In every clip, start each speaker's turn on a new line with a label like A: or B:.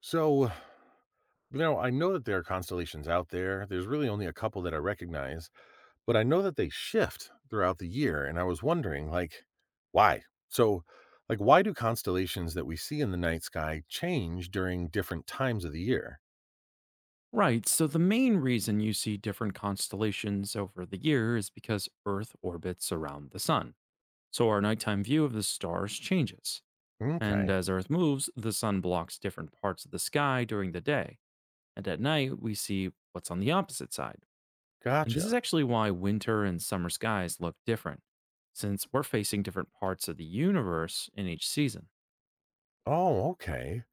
A: So, you know, I know that there are constellations out there. There's really only a couple that I recognize, but I know that they shift throughout the year. And I was wondering, like, why? So, like, why do constellations that we see in the night sky change during different times of the year?
B: Right. So the main reason you see different constellations over the year is because Earth orbits around the sun. So our nighttime view of the stars changes. And
A: Okay,
B: as Earth moves, the sun blocks different parts of the sky during the day. And at night, we see what's on the opposite side. And this is
A: gotcha.
B: actually why winter and summer skies look different, since we're facing different parts of the universe in each season.
A: Oh, okay.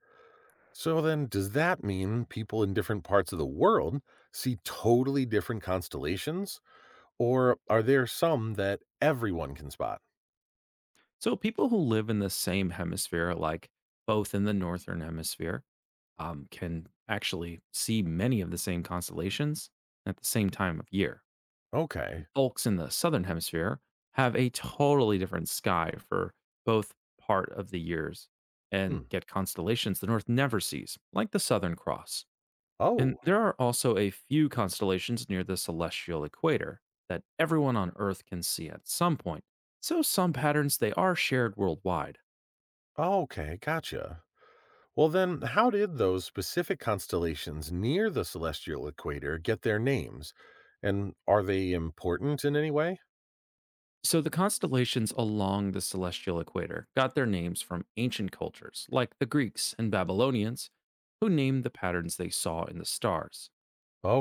A: So then, does that mean people in different parts of the world see totally different constellations? Or are there some that everyone can spot?
B: So people who live in the same hemisphere, like both in the northern hemisphere, can actually see many of the same constellations at the same time of year.
A: Okay.
B: And folks in the southern hemisphere have a totally different sky for both part of the years and
A: Hmm.
B: get constellations the north never sees, like the Southern Cross. And
A: Oh.
B: there are also a few constellations near the celestial equator that everyone on Earth can see at some point. So some patterns they are shared worldwide.
A: Okay, gotcha. Well, then, how did those specific constellations near the celestial equator get their names? And are they important in any way?
B: So, the constellations along the celestial equator got their names from ancient cultures like the Greeks and Babylonians, who named the patterns they saw in the stars.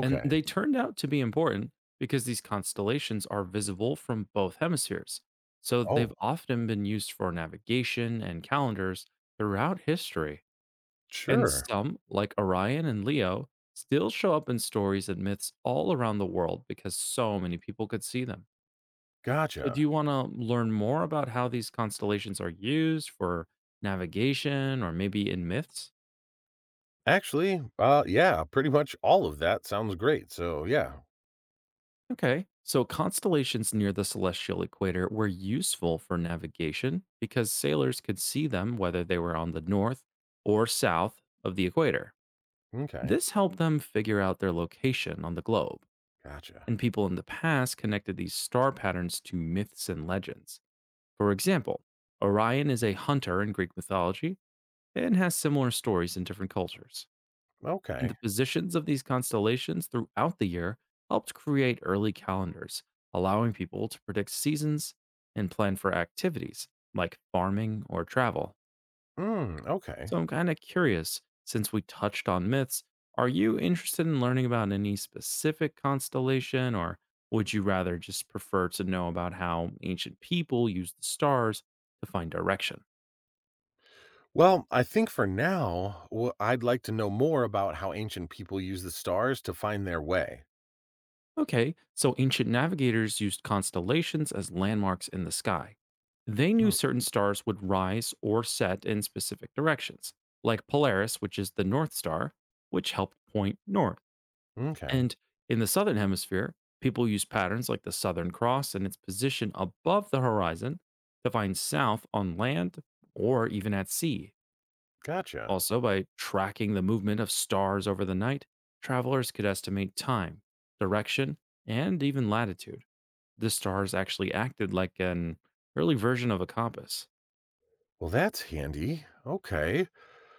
B: And they turned out to be important because these constellations are visible from both hemispheres. So,
A: Oh,
B: they've often been used for navigation and calendars throughout history. And
A: sure.
B: some, like Orion and Leo, still show up in stories and myths all around the world because so many people could see them. So,
A: Gotcha.
B: do you want to learn more about how these constellations are used for navigation or maybe in myths?
A: Actually, yeah, pretty much all of that sounds great. So, yeah.
B: Okay. So, constellations near the celestial equator were useful for navigation because sailors could see them whether they were on the north or south of the equator.
A: Okay.
B: This helped them figure out their location on the globe.
A: Gotcha.
B: And people in the past connected these star patterns to myths and legends. For example, Orion is a hunter in Greek mythology and has similar stories in different cultures. And
A: Okay.
B: the positions of these constellations throughout the year helped create early calendars, allowing people to predict seasons and plan for activities like farming or travel.
A: Mm, okay.
B: So I'm kind of curious, since we touched on myths, are you interested in learning about any specific constellation, or would you rather just prefer to know about how ancient people used the stars to find direction?
A: Well, I think for now, I'd like to know more about how ancient people use the stars to find their way.
B: Okay, so ancient navigators used constellations as landmarks in the sky. They knew
A: Mm,
B: certain stars would rise or set in specific directions, like Polaris, which is the North Star, which helped point north.
A: okay.
B: And in the southern hemisphere, people used patterns like the Southern Cross and its position above the horizon to find south on land or even at sea.
A: Gotcha.
B: Also, by tracking the movement of stars over the night, travelers could estimate time, direction, and even latitude. The stars actually acted like an early version of a compass.
A: Well, that's handy. Okay.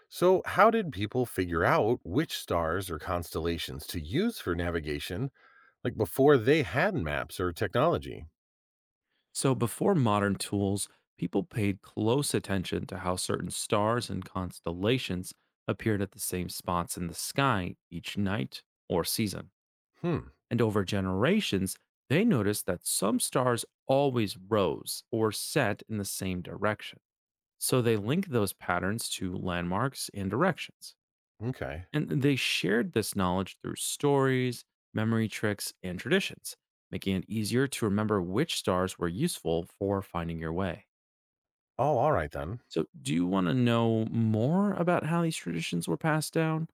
A: So, how did people figure out which stars or constellations to use for navigation, like before they had maps or technology?
B: So, before modern tools, people paid close attention to how certain stars and constellations appeared at the same spots in the sky each night or season.
A: Hmm.
B: And over generations, they noticed that some stars always rose or set in the same direction. So they link those patterns to landmarks and directions.
A: Okay.
B: And they shared this knowledge through stories, memory tricks, and traditions, making it easier to remember which stars were useful for finding your way.
A: Oh, all right then.
B: So, do you want to know more about how these traditions were passed down?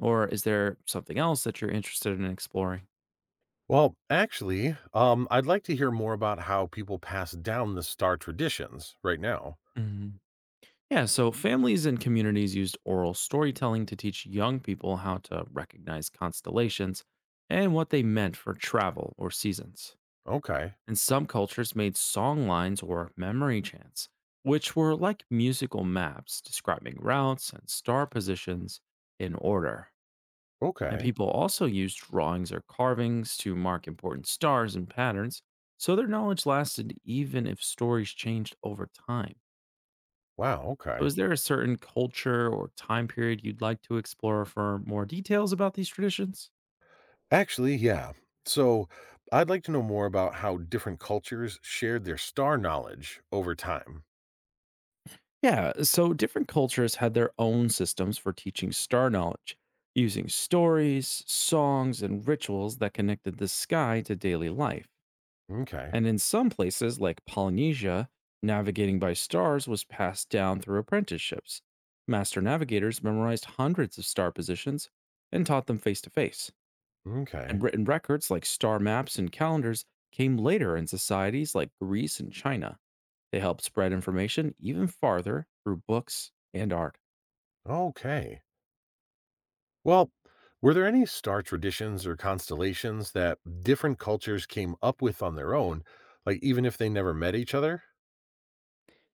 B: Or is there something else that you're interested in exploring?
A: Well, actually, I'd like to hear more about how people pass down the star traditions right now.
B: Mhm. Yeah, so families and communities used oral storytelling to teach young people how to recognize constellations and what they meant for travel or seasons.
A: Okay.
B: And some cultures made song lines or memory chants, which were like musical maps describing routes and star positions in order. And
A: Okay.
B: people also used drawings or carvings to mark important stars and patterns, so their knowledge lasted even if stories changed over time.
A: Wow.
B: So
A: Okay.
B: is there a certain culture or time period you'd like to explore for more details about these traditions?
A: Actually, yeah. So, I'd like to know more about how different cultures shared their star knowledge over time.
B: Yeah, so different cultures had their own systems for teaching star knowledge, using stories, songs, and rituals that connected the sky to daily life.
A: Okay.
B: And in some places, like Polynesia, navigating by stars was passed down through apprenticeships. Master navigators memorized hundreds of star positions and taught them face to face. And
A: Okay.
B: written records like star maps and calendars came later in societies like Greece and China. They helped spread information even farther through books and art.
A: Okay. Well, were there any star traditions or constellations that different cultures came up with on their own, like even if they never met each other?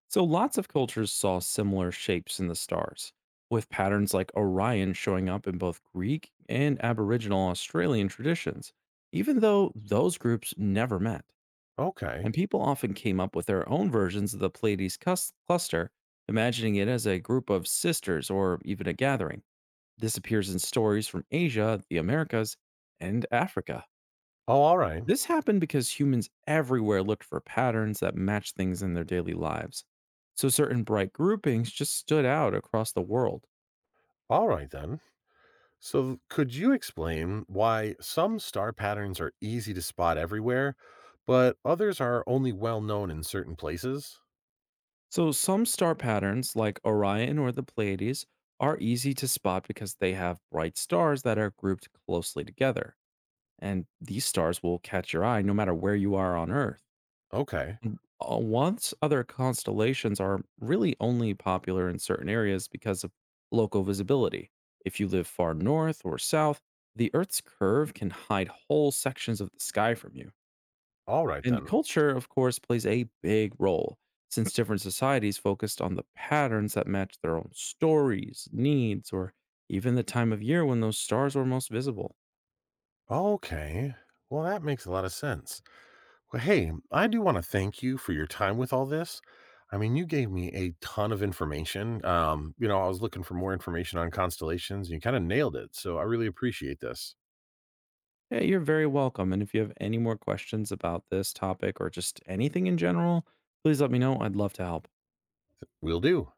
B: So lots of cultures saw similar shapes in the stars, with patterns like Orion showing up in both Greek and Aboriginal Australian traditions, even though those groups never met.
A: Okay.
B: And people often came up with their own versions of the Pleiades cluster, imagining it as a group of sisters or even a gathering. This appears in stories from Asia, the Americas, and Africa.
A: Oh, all right.
B: This happened because humans everywhere looked for patterns that matched things in their daily lives. So certain bright groupings just stood out across the world.
A: All right then. So, could you explain why some star patterns are easy to spot everywhere, but others are only well known in certain places?
B: So some star patterns, like Orion or the Pleiades, are easy to spot because they have bright stars that are grouped closely together. And these stars will catch your eye no matter where you are on Earth.
A: Okay.
B: Once other constellations are really only popular in certain areas because of local visibility. If you live far north or south, the Earth's curve can hide whole sections of the sky from you.
A: All right
B: And
A: then.
B: culture, of course, plays a big role, since different societies focused on the patterns that match their own stories, needs, or even the time of year when those stars were most visible.
A: Okay. Well, that makes a lot of sense. Well, hey, I do want to thank you for your time with all this. I mean, you gave me a ton of information. I was looking for more information on constellations and you kind of nailed it. So I really appreciate this.
B: Yeah, you're very welcome. And if you have any more questions about this topic or just anything in general, please let me know. I'd love to help.
A: We'll do.